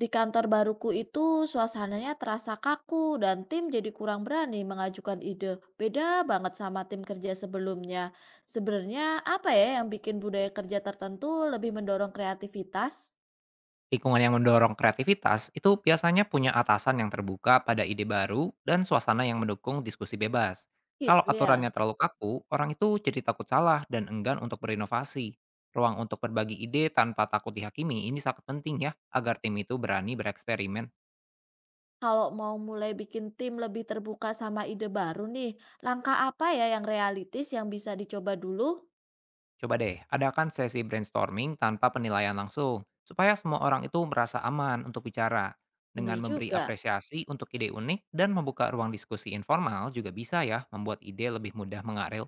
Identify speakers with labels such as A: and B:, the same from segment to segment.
A: Di kantor baruku itu suasananya terasa kaku dan tim jadi kurang berani mengajukan ide. Beda banget sama tim kerja sebelumnya. Sebenarnya apa ya yang bikin budaya kerja tertentu lebih mendorong kreativitas?
B: Lingkungan yang mendorong kreativitas itu biasanya punya atasan yang terbuka pada ide baru dan suasana yang mendukung diskusi bebas. Kalau
A: Gitu ya.
B: aturannya terlalu kaku, orang itu jadi takut salah dan enggan untuk berinovasi. Ruang untuk berbagi ide tanpa takut dihakimi ini sangat penting ya, agar tim itu berani bereksperimen.
A: Kalau mau mulai bikin tim lebih terbuka sama ide baru nih, langkah apa ya yang realistis yang bisa dicoba dulu?
B: Coba deh, adakan sesi brainstorming tanpa penilaian langsung, supaya semua orang itu merasa aman untuk bicara. Dengan
A: Bener
B: memberi
A: juga.
B: apresiasi untuk ide unik dan membuka ruang diskusi informal juga bisa ya membuat ide lebih mudah mengalir.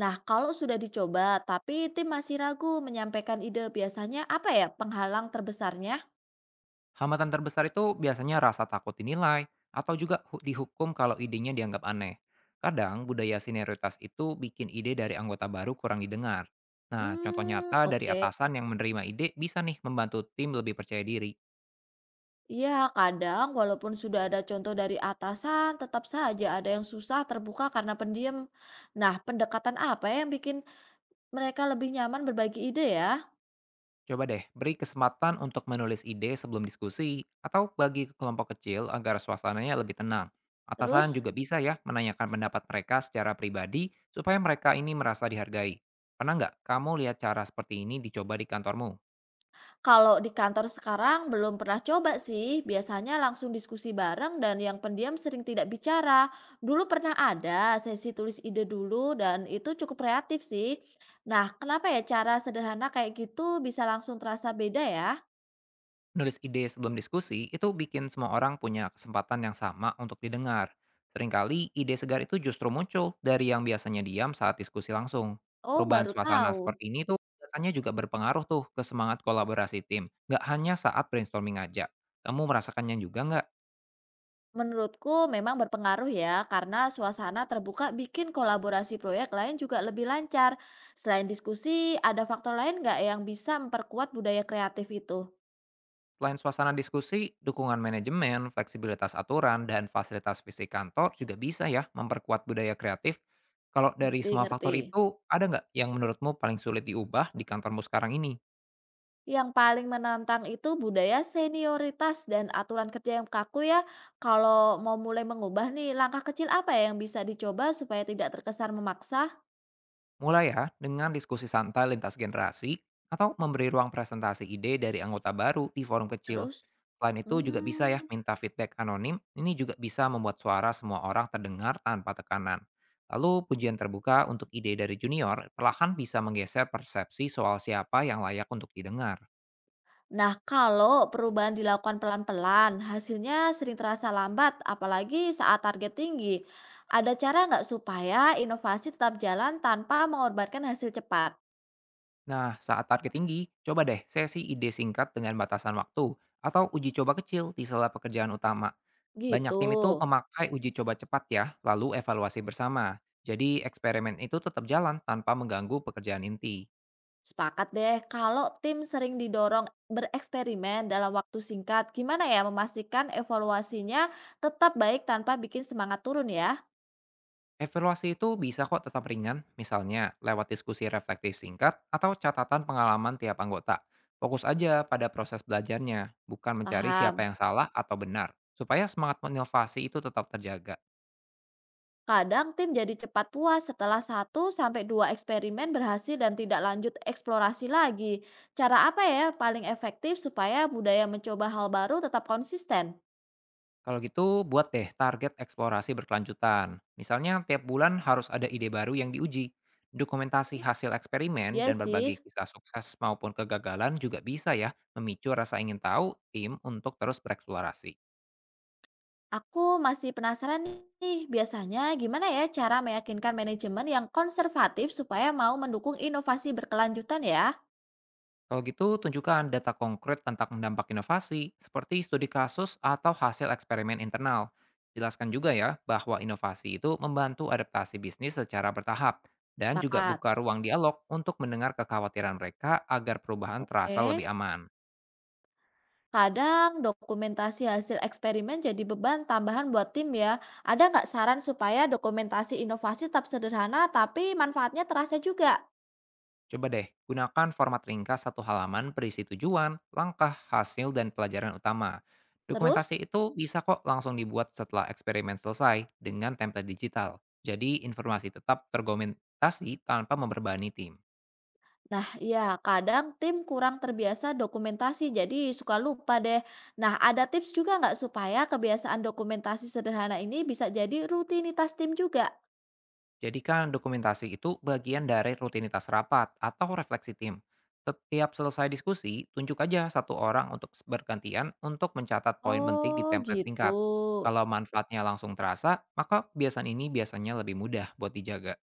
A: Nah, kalau sudah dicoba tapi tim masih ragu menyampaikan ide, biasanya apa ya penghalang terbesarnya?
B: Hambatan terbesar itu biasanya rasa takut dinilai atau juga dihukum kalau idenya dianggap aneh. Kadang budaya senioritas itu bikin ide dari anggota baru kurang didengar. Nah, contoh nyata dari
A: Oke.
B: atasan yang menerima ide bisa nih membantu tim lebih percaya diri.
A: Iya, kadang walaupun sudah ada contoh dari atasan, tetap saja ada yang susah, terbuka, karena pendiam. Nah, pendekatan apa ya yang bikin mereka lebih nyaman berbagi ide ya?
B: Coba deh, beri kesempatan untuk menulis ide sebelum diskusi atau bagi ke kelompok kecil agar suasananya lebih tenang.
A: Terus,
B: Atasan juga bisa ya menanyakan pendapat mereka secara pribadi supaya mereka ini merasa dihargai. Pernah nggak kamu lihat cara seperti ini dicoba di kantormu?
A: kalau di kantor sekarang belum pernah coba sih, biasanya langsung diskusi bareng dan yang pendiam sering tidak bicara. Dulu pernah ada sesi tulis ide dulu dan itu cukup kreatif sih. Nah, kenapa ya cara sederhana kayak gitu bisa langsung terasa beda ya?
B: Nulis ide sebelum diskusi itu bikin semua orang punya kesempatan yang sama untuk didengar. Seringkali ide segar itu justru muncul dari yang biasanya diam saat diskusi langsung.
A: Oh,
B: Perubahan
A: baru
B: suasana
A: tahu.
B: seperti ini tuh biasanya juga berpengaruh tuh ke semangat kolaborasi tim, nggak hanya saat brainstorming aja. Kamu merasakannya juga nggak?
A: Menurutku memang berpengaruh ya, karena suasana terbuka bikin kolaborasi proyek lain juga lebih lancar. Selain diskusi, ada faktor lain nggak yang bisa memperkuat budaya kreatif itu?
B: Selain suasana diskusi, dukungan manajemen, fleksibilitas aturan, dan fasilitas fisik kantor juga bisa ya memperkuat budaya kreatif. Kalau dari
A: Ngerti,
B: semua faktor
A: ngerti.
B: itu, ada nggak yang menurutmu paling sulit diubah di kantormu sekarang ini?
A: Yang paling menantang itu budaya senioritas dan aturan kerja yang kaku ya. Kalau mau mulai mengubah nih, langkah kecil apa ya yang bisa dicoba supaya tidak terkesan memaksa?
B: Mulai ya dengan diskusi santai lintas generasi atau memberi ruang presentasi ide dari anggota baru di forum kecil.
A: Terus?
B: Selain itu juga bisa ya
A: Hmm.
B: minta feedback anonim, ini juga bisa membuat suara semua orang terdengar tanpa tekanan. Lalu pujian terbuka untuk ide dari junior perlahan bisa menggeser persepsi soal siapa yang layak untuk didengar.
A: Nah, kalau perubahan dilakukan pelan-pelan, hasilnya sering terasa lambat, apalagi saat target tinggi. Ada cara nggak supaya inovasi tetap jalan tanpa mengorbankan hasil cepat?
B: Nah, saat target tinggi, coba deh sesi ide singkat dengan batasan waktu atau uji coba kecil di sela pekerjaan utama.
A: Gitu.
B: Banyak tim itu memakai uji coba cepat ya, lalu evaluasi bersama. Jadi eksperimen itu tetap jalan tanpa mengganggu pekerjaan inti.
A: Sepakat deh, kalau tim sering didorong bereksperimen dalam waktu singkat, gimana ya memastikan evaluasinya tetap baik tanpa bikin semangat turun ya?
B: Evaluasi itu bisa kok tetap ringan, misalnya lewat diskusi reflektif singkat atau catatan pengalaman tiap anggota. Fokus aja pada proses belajarnya, bukan mencari siapa
A: Paham.
B: yang salah atau benar, supaya semangat inovasi itu tetap terjaga.
A: Kadang tim jadi cepat puas setelah satu sampai 2 eksperimen berhasil dan tidak lanjut eksplorasi lagi. Cara apa ya paling efektif supaya budaya mencoba hal baru tetap konsisten?
B: Kalau gitu, buat deh target eksplorasi berkelanjutan. Misalnya, tiap bulan harus ada ide baru yang diuji. Dokumentasi
A: Hmm,
B: hasil eksperimen
A: Iya
B: dan
A: sih,
B: berbagi kisah sukses maupun kegagalan juga bisa ya memicu rasa ingin tahu tim untuk terus bereksplorasi.
A: aku masih penasaran nih, biasanya gimana ya cara meyakinkan manajemen yang konservatif supaya mau mendukung inovasi berkelanjutan ya?
B: Kalau gitu, tunjukkan data konkret tentang dampak inovasi, seperti studi kasus atau hasil eksperimen internal. Jelaskan juga ya bahwa inovasi itu membantu adaptasi bisnis secara bertahap dan juga
A: Sepakat.
B: buka ruang dialog untuk mendengar kekhawatiran mereka agar perubahan terasa lebih
A: Oke.
B: aman.
A: Kadang dokumentasi hasil eksperimen jadi beban tambahan buat tim ya. Ada nggak saran supaya dokumentasi inovasi tetap sederhana tapi manfaatnya terasa juga?
B: Coba deh, gunakan format ringkas satu halaman berisi tujuan, langkah, hasil, dan pelajaran utama.
A: Terus,
B: Dokumentasi itu bisa kok langsung dibuat setelah eksperimen selesai dengan template digital. Jadi informasi tetap tergomentasi tanpa memberbani tim.
A: nah ya kadang tim kurang terbiasa dokumentasi jadi suka lupa deh. Nah ada tips juga nggak supaya kebiasaan dokumentasi sederhana ini bisa jadi rutinitas tim juga?
B: Jadikan dokumentasi itu bagian dari rutinitas rapat atau refleksi tim. Setiap selesai diskusi, tunjuk aja satu orang untuk bergantian untuk mencatat poin penting di
A: Oh
B: template
A: gitu.
B: singkat. Kalau manfaatnya langsung terasa, maka kebiasaan ini biasanya lebih mudah buat dijaga.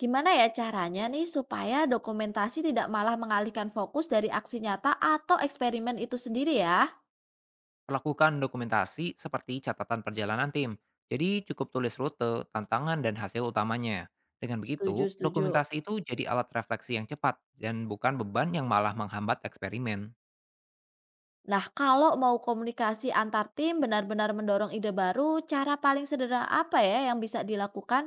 A: Gimana ya caranya nih supaya dokumentasi tidak malah mengalihkan fokus dari aksi nyata atau eksperimen itu sendiri ya?
B: Lakukan dokumentasi seperti catatan perjalanan tim. Jadi cukup tulis rute, tantangan, dan hasil utamanya. Dengan begitu,
A: Setuju, setuju.
B: dokumentasi itu jadi alat refleksi yang cepat dan bukan beban yang malah menghambat eksperimen.
A: Nah, kalau mau komunikasi antar tim benar-benar mendorong ide baru, cara paling sederhana apa ya yang bisa dilakukan?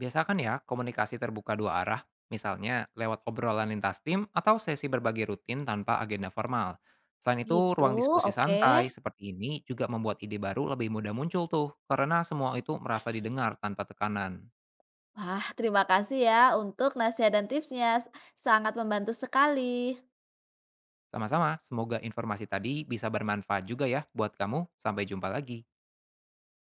B: Biasakan ya komunikasi terbuka dua arah, misalnya lewat obrolan lintas tim atau sesi berbagi rutin tanpa agenda formal. Selain itu,
A: Gitu,
B: ruang diskusi
A: oke.
B: santai seperti ini juga membuat ide baru lebih mudah muncul tuh, karena semua itu merasa didengar tanpa tekanan.
A: Wah, terima kasih ya untuk nasihat dan tipsnya. Sangat membantu sekali.
B: Sama-sama, semoga informasi tadi bisa bermanfaat juga ya buat kamu. Sampai jumpa lagi.